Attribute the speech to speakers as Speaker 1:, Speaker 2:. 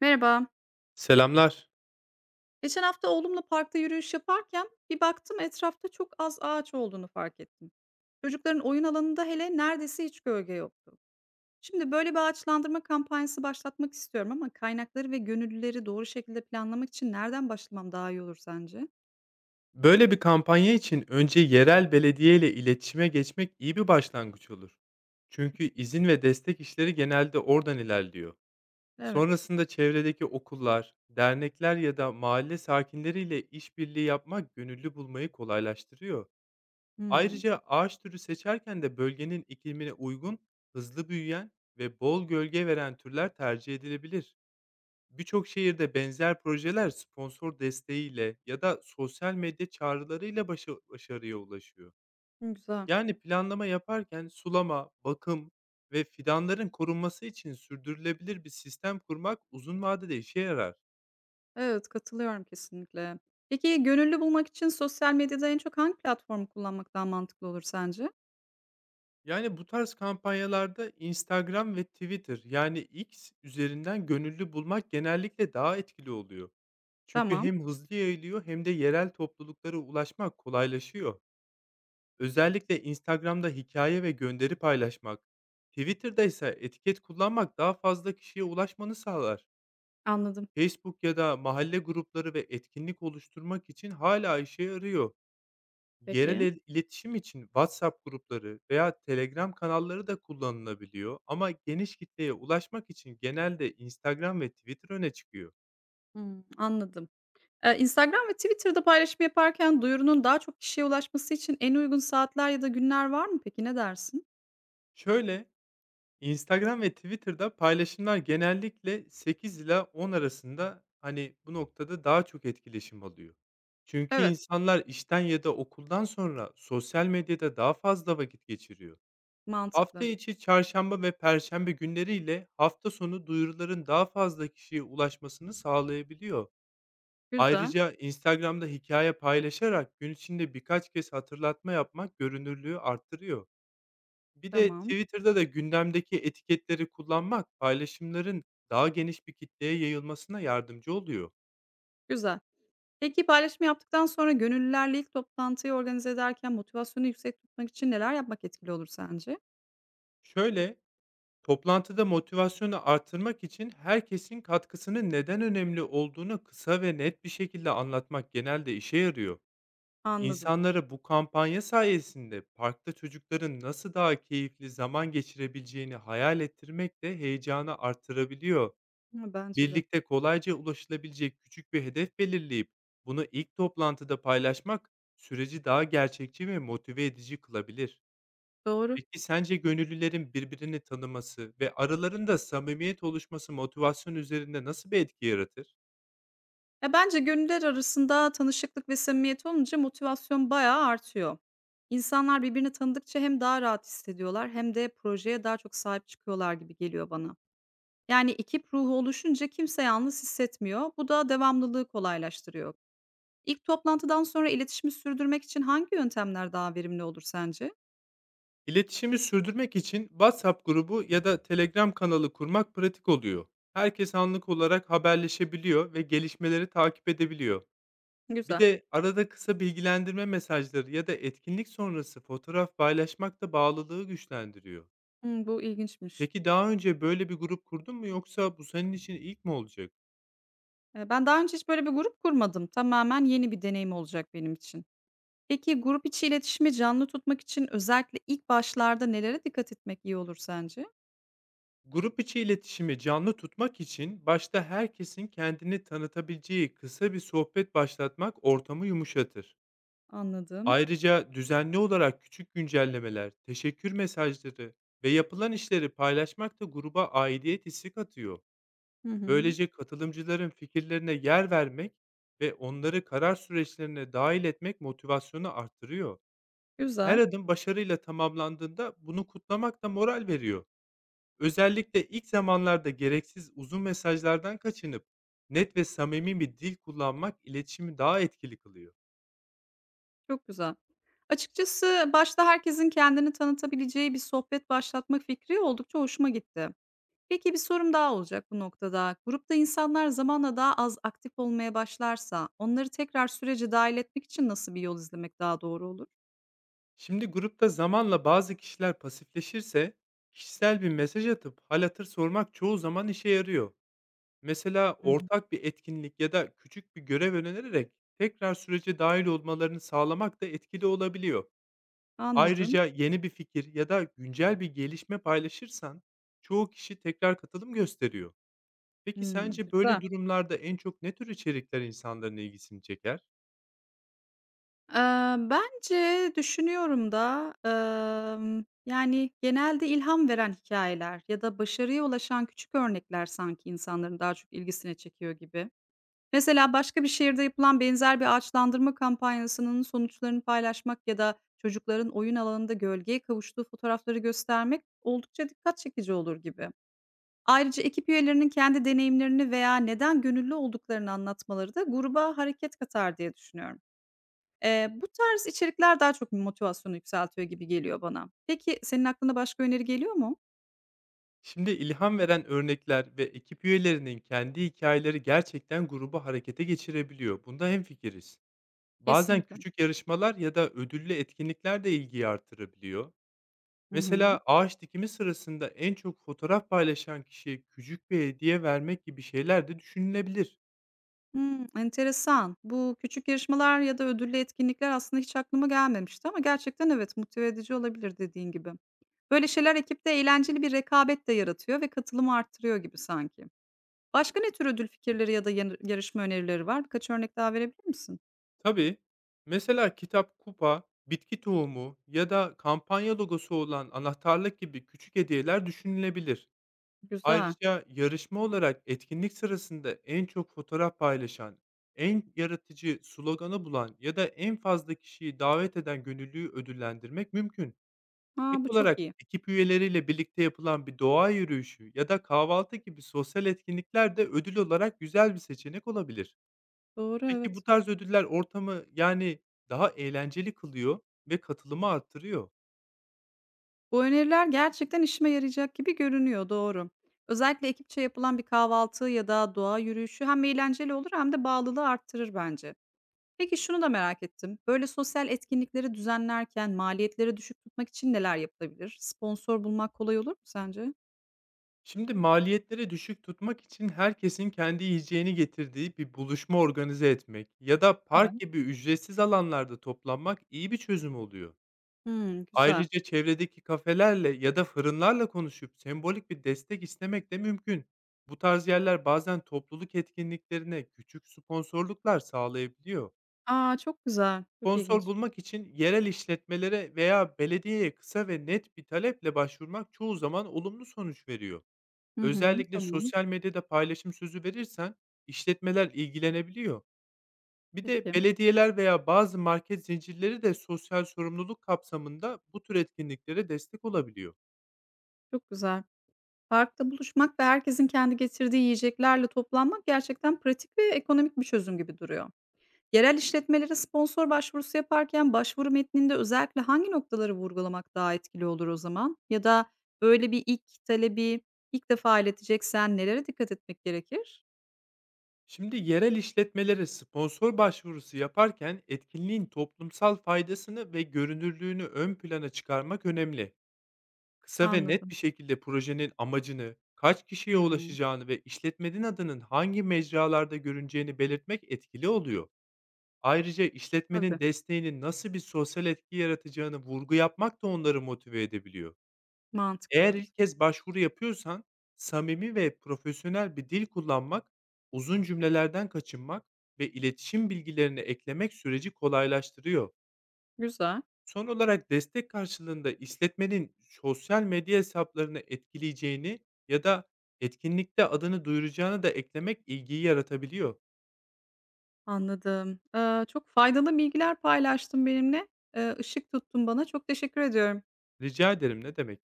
Speaker 1: Merhaba.
Speaker 2: Selamlar.
Speaker 1: Geçen hafta oğlumla parkta yürüyüş yaparken bir baktım etrafta çok az ağaç olduğunu fark ettim. Çocukların oyun alanında hele neredeyse hiç gölge yoktu. Şimdi böyle bir ağaçlandırma kampanyası başlatmak istiyorum ama kaynakları ve gönüllüleri doğru şekilde planlamak için nereden başlamam daha iyi olur sence?
Speaker 2: Böyle bir kampanya için önce yerel belediye ile iletişime geçmek iyi bir başlangıç olur. Çünkü izin ve destek işleri genelde oradan ilerliyor.
Speaker 1: Evet.
Speaker 2: Sonrasında çevredeki okullar, dernekler ya da mahalle sakinleriyle işbirliği yapmak gönüllü bulmayı kolaylaştırıyor.
Speaker 1: Hmm,
Speaker 2: Ayrıca ağaç türü seçerken de bölgenin iklimine uygun, hızlı büyüyen ve bol gölge veren türler tercih edilebilir. Birçok şehirde benzer projeler sponsor desteğiyle ya da sosyal medya çağrılarıyla başa başarıya ulaşıyor.
Speaker 1: güzel.
Speaker 2: Yani planlama yaparken sulama, bakım ve fidanların korunması için sürdürülebilir bir sistem kurmak uzun vadede işe yarar.
Speaker 1: Evet, katılıyorum kesinlikle. Peki gönüllü bulmak için sosyal medyada en çok hangi platformu kullanmak daha mantıklı olur sence?
Speaker 2: Yani bu tarz kampanyalarda Instagram ve Twitter, yani X üzerinden gönüllü bulmak genellikle daha etkili oluyor. Çünkü
Speaker 1: Tamam,
Speaker 2: hem hızlı yayılıyor hem de yerel topluluklara ulaşmak kolaylaşıyor. Özellikle Instagram'da hikaye ve gönderi paylaşmak, Twitter'da ise etiket kullanmak daha fazla kişiye ulaşmanı sağlar.
Speaker 1: anladım.
Speaker 2: Facebook ya da mahalle grupları ve etkinlik oluşturmak için hala işe yarıyor. Yerel
Speaker 1: Peki.
Speaker 2: el iletişim için WhatsApp grupları veya Telegram kanalları da kullanılabiliyor, ama geniş kitleye ulaşmak için genelde Instagram ve Twitter öne çıkıyor.
Speaker 1: Hmm, anladım. Instagram ve Twitter'da paylaşım yaparken duyurunun daha çok kişiye ulaşması için en uygun saatler ya da günler var mı peki? Ne dersin?
Speaker 2: Şöyle, Instagram ve Twitter'da paylaşımlar genellikle 8 ile 10 arasında, bu noktada daha çok etkileşim alıyor. Çünkü
Speaker 1: Evet,
Speaker 2: insanlar işten ya da okuldan sonra sosyal medyada daha fazla vakit geçiriyor. Hafta
Speaker 1: mantıklı.
Speaker 2: içi çarşamba ve perşembe günleriyle hafta sonu duyuruların daha fazla kişiye ulaşmasını sağlayabiliyor.
Speaker 1: Güzel,
Speaker 2: Ayrıca Instagram'da hikaye paylaşarak gün içinde birkaç kez hatırlatma yapmak görünürlüğü arttırıyor. Bir de
Speaker 1: tamam,
Speaker 2: Twitter'da da gündemdeki etiketleri kullanmak paylaşımların daha geniş bir kitleye yayılmasına yardımcı oluyor.
Speaker 1: güzel. Peki paylaşımı yaptıktan sonra gönüllülerle ilk toplantıyı organize ederken motivasyonu yüksek tutmak için neler yapmak etkili olur sence?
Speaker 2: Şöyle, toplantıda motivasyonu artırmak için herkesin katkısının neden önemli olduğunu kısa ve net bir şekilde anlatmak genelde işe yarıyor.
Speaker 1: Anladım.
Speaker 2: İnsanlara bu kampanya sayesinde parkta çocukların nasıl daha keyifli zaman geçirebileceğini hayal ettirmek de heyecanı artırabiliyor.
Speaker 1: Ha, bence de.
Speaker 2: Birlikte kolayca ulaşılabilecek küçük bir hedef belirleyip bunu ilk toplantıda paylaşmak süreci daha gerçekçi ve motive edici kılabilir.
Speaker 1: Doğru.
Speaker 2: Peki sence gönüllülerin birbirini tanıması ve aralarında samimiyet oluşması motivasyon üzerinde nasıl bir etki yaratır?
Speaker 1: Ya bence gönüller arasında tanışıklık ve samimiyet olunca motivasyon bayağı artıyor. İnsanlar birbirini tanıdıkça hem daha rahat hissediyorlar hem de projeye daha çok sahip çıkıyorlar gibi geliyor bana. Yani ekip ruhu oluşunca kimse yalnız hissetmiyor. Bu da devamlılığı kolaylaştırıyor. İlk toplantıdan sonra iletişimi sürdürmek için hangi yöntemler daha verimli olur sence?
Speaker 2: İletişimi sürdürmek için WhatsApp grubu ya da Telegram kanalı kurmak pratik oluyor. Herkes anlık olarak haberleşebiliyor ve gelişmeleri takip edebiliyor. Bir
Speaker 1: Güzel.
Speaker 2: de arada kısa bilgilendirme mesajları ya da etkinlik sonrası fotoğraf paylaşmak da bağlılığı güçlendiriyor.
Speaker 1: Hmm, bu ilginçmiş.
Speaker 2: Peki daha önce böyle bir grup kurdun mu, yoksa bu senin için ilk mi olacak?
Speaker 1: Ben daha önce hiç böyle bir grup kurmadım. Tamamen yeni bir deneyim olacak benim için. Peki grup içi iletişimi canlı tutmak için özellikle ilk başlarda nelere dikkat etmek iyi olur sence?
Speaker 2: Grup içi iletişimi canlı tutmak için başta herkesin kendini tanıtabileceği kısa bir sohbet başlatmak ortamı yumuşatır.
Speaker 1: Anladım.
Speaker 2: Ayrıca düzenli olarak küçük güncellemeler, teşekkür mesajları ve yapılan işleri paylaşmak da gruba aidiyet hissi katıyor.
Speaker 1: Hı hı.
Speaker 2: Böylece katılımcıların fikirlerine yer vermek ve onları karar süreçlerine dahil etmek motivasyonu artırıyor. Her
Speaker 1: Güzel.
Speaker 2: adım başarıyla tamamlandığında bunu kutlamak da moral veriyor. Özellikle ilk zamanlarda gereksiz uzun mesajlardan kaçınıp net ve samimi bir dil kullanmak iletişimi daha etkili kılıyor.
Speaker 1: Çok güzel. Açıkçası başta herkesin kendini tanıtabileceği bir sohbet başlatmak fikri oldukça hoşuma gitti. Peki bir sorum daha olacak bu noktada. Grupta insanlar zamanla daha az aktif olmaya başlarsa onları tekrar sürece dahil etmek için nasıl bir yol izlemek daha doğru olur?
Speaker 2: Şimdi grupta zamanla bazı kişiler pasifleşirse kişisel bir mesaj atıp hal hatır sormak çoğu zaman işe yarıyor. Mesela
Speaker 1: Hı hı.
Speaker 2: ortak bir etkinlik ya da küçük bir görev önererek tekrar sürece dahil olmalarını sağlamak da etkili olabiliyor.
Speaker 1: Anladım.
Speaker 2: Ayrıca yeni bir fikir ya da güncel bir gelişme paylaşırsan çoğu kişi tekrar katılım gösteriyor. Peki
Speaker 1: Hmm,
Speaker 2: sence böyle
Speaker 1: güzel.
Speaker 2: durumlarda en çok ne tür içerikler insanların ilgisini çeker?
Speaker 1: Bence düşünüyorum da, yani genelde ilham veren hikayeler ya da başarıya ulaşan küçük örnekler sanki insanların daha çok ilgisini çekiyor gibi. Mesela başka bir şehirde yapılan benzer bir ağaçlandırma kampanyasının sonuçlarını paylaşmak ya da çocukların oyun alanında gölgeye kavuştuğu fotoğrafları göstermek oldukça dikkat çekici olur gibi. Ayrıca ekip üyelerinin kendi deneyimlerini veya neden gönüllü olduklarını anlatmaları da gruba hareket katar diye düşünüyorum. Bu tarz içerikler daha çok motivasyonu yükseltiyor gibi geliyor bana. Peki senin aklına başka öneri geliyor mu?
Speaker 2: Şimdi ilham veren örnekler ve ekip üyelerinin kendi hikayeleri gerçekten grubu harekete geçirebiliyor. Bunda hemfikiriz. Bazen
Speaker 1: Kesinlikle.
Speaker 2: küçük yarışmalar ya da ödüllü etkinlikler de ilgiyi artırabiliyor.
Speaker 1: Hı hı.
Speaker 2: Mesela ağaç dikimi sırasında en çok fotoğraf paylaşan kişiye küçük bir hediye vermek gibi şeyler de düşünülebilir.
Speaker 1: Hımm, enteresan. Bu küçük yarışmalar ya da ödüllü etkinlikler aslında hiç aklıma gelmemişti ama gerçekten evet, motive edici olabilir dediğin gibi. Böyle şeyler ekipte eğlenceli bir rekabet de yaratıyor ve katılımı arttırıyor gibi sanki. Başka ne tür ödül fikirleri ya da yanı yarışma önerileri var? Birkaç örnek daha verebilir misin?
Speaker 2: Tabii, mesela kitap, kupa, bitki tohumu ya da kampanya logosu olan anahtarlık gibi küçük hediyeler düşünülebilir.
Speaker 1: Güzel.
Speaker 2: Ayrıca yarışma olarak etkinlik sırasında en çok fotoğraf paylaşan, en yaratıcı sloganı bulan ya da en fazla kişiyi davet eden gönüllüyü ödüllendirmek mümkün. Ek
Speaker 1: A, bu çok
Speaker 2: olarak
Speaker 1: iyi.
Speaker 2: ekip üyeleriyle birlikte yapılan bir doğa yürüyüşü ya da kahvaltı gibi sosyal etkinlikler de ödül olarak güzel bir seçenek olabilir.
Speaker 1: Doğru,
Speaker 2: Peki bu
Speaker 1: evet.
Speaker 2: tarz ödüller ortamı daha eğlenceli kılıyor ve katılımı arttırıyor.
Speaker 1: Bu öneriler gerçekten işime yarayacak gibi görünüyor, doğru. Özellikle ekipçe yapılan bir kahvaltı ya da doğa yürüyüşü hem eğlenceli olur hem de bağlılığı arttırır bence. Peki şunu da merak ettim. Böyle sosyal etkinlikleri düzenlerken maliyetleri düşük tutmak için neler yapılabilir? Sponsor bulmak kolay olur mu sence?
Speaker 2: Şimdi maliyetleri düşük tutmak için herkesin kendi yiyeceğini getirdiği bir buluşma organize etmek ya da park
Speaker 1: Evet.
Speaker 2: gibi ücretsiz alanlarda toplanmak iyi bir çözüm oluyor.
Speaker 1: Hımm, güzel.
Speaker 2: Ayrıca çevredeki kafelerle ya da fırınlarla konuşup sembolik bir destek istemek de mümkün. Bu tarz yerler bazen topluluk etkinliklerine küçük sponsorluklar sağlayabiliyor.
Speaker 1: A, çok güzel, çok
Speaker 2: Sponsor
Speaker 1: ilginç.
Speaker 2: bulmak için yerel işletmelere veya belediyeye kısa ve net bir taleple başvurmak çoğu zaman olumlu sonuç veriyor.
Speaker 1: Hı hı,
Speaker 2: Özellikle
Speaker 1: tamam.
Speaker 2: sosyal medyada paylaşım sözü verirsen işletmeler ilgilenebiliyor. Bir de
Speaker 1: Peki,
Speaker 2: belediyeler veya bazı market zincirleri de sosyal sorumluluk kapsamında bu tür etkinliklere destek olabiliyor.
Speaker 1: çok güzel. Parkta buluşmak ve herkesin kendi getirdiği yiyeceklerle toplanmak gerçekten pratik ve ekonomik bir çözüm gibi duruyor. Yerel işletmelere sponsor başvurusu yaparken başvuru metninde özellikle hangi noktaları vurgulamak daha etkili olur o zaman? Ya da böyle bir ilk talebi ilk defa ileteceksen nelere dikkat etmek gerekir?
Speaker 2: Şimdi yerel işletmelere sponsor başvurusu yaparken etkinliğin toplumsal faydasını ve görünürlüğünü ön plana çıkarmak önemli. Kısa ve net
Speaker 1: Anladım.
Speaker 2: bir şekilde projenin amacını, kaç kişiye
Speaker 1: Hımm.
Speaker 2: ulaşacağını ve işletmenin adının hangi mecralarda görüneceğini belirtmek etkili oluyor. Ayrıca işletmenin
Speaker 1: Tabii,
Speaker 2: desteğinin nasıl bir sosyal etki yaratacağını vurgu yapmak da onları motive edebiliyor.
Speaker 1: mantıklı,
Speaker 2: Eğer
Speaker 1: evet.
Speaker 2: ilk kez başvuru yapıyorsan, samimi ve profesyonel bir dil kullanmak, uzun cümlelerden kaçınmak ve iletişim bilgilerini eklemek süreci kolaylaştırıyor.
Speaker 1: Güzel,
Speaker 2: Son olarak destek karşılığında işletmenin sosyal medya hesaplarını etkileyeceğini ya da etkinlikte adını duyuracağını da eklemek ilgiyi yaratabiliyor.
Speaker 1: anladım. Çok faydalı bilgiler paylaştın benimle. Işık tuttun bana. Çok teşekkür ediyorum.
Speaker 2: Rica ederim, ne demek.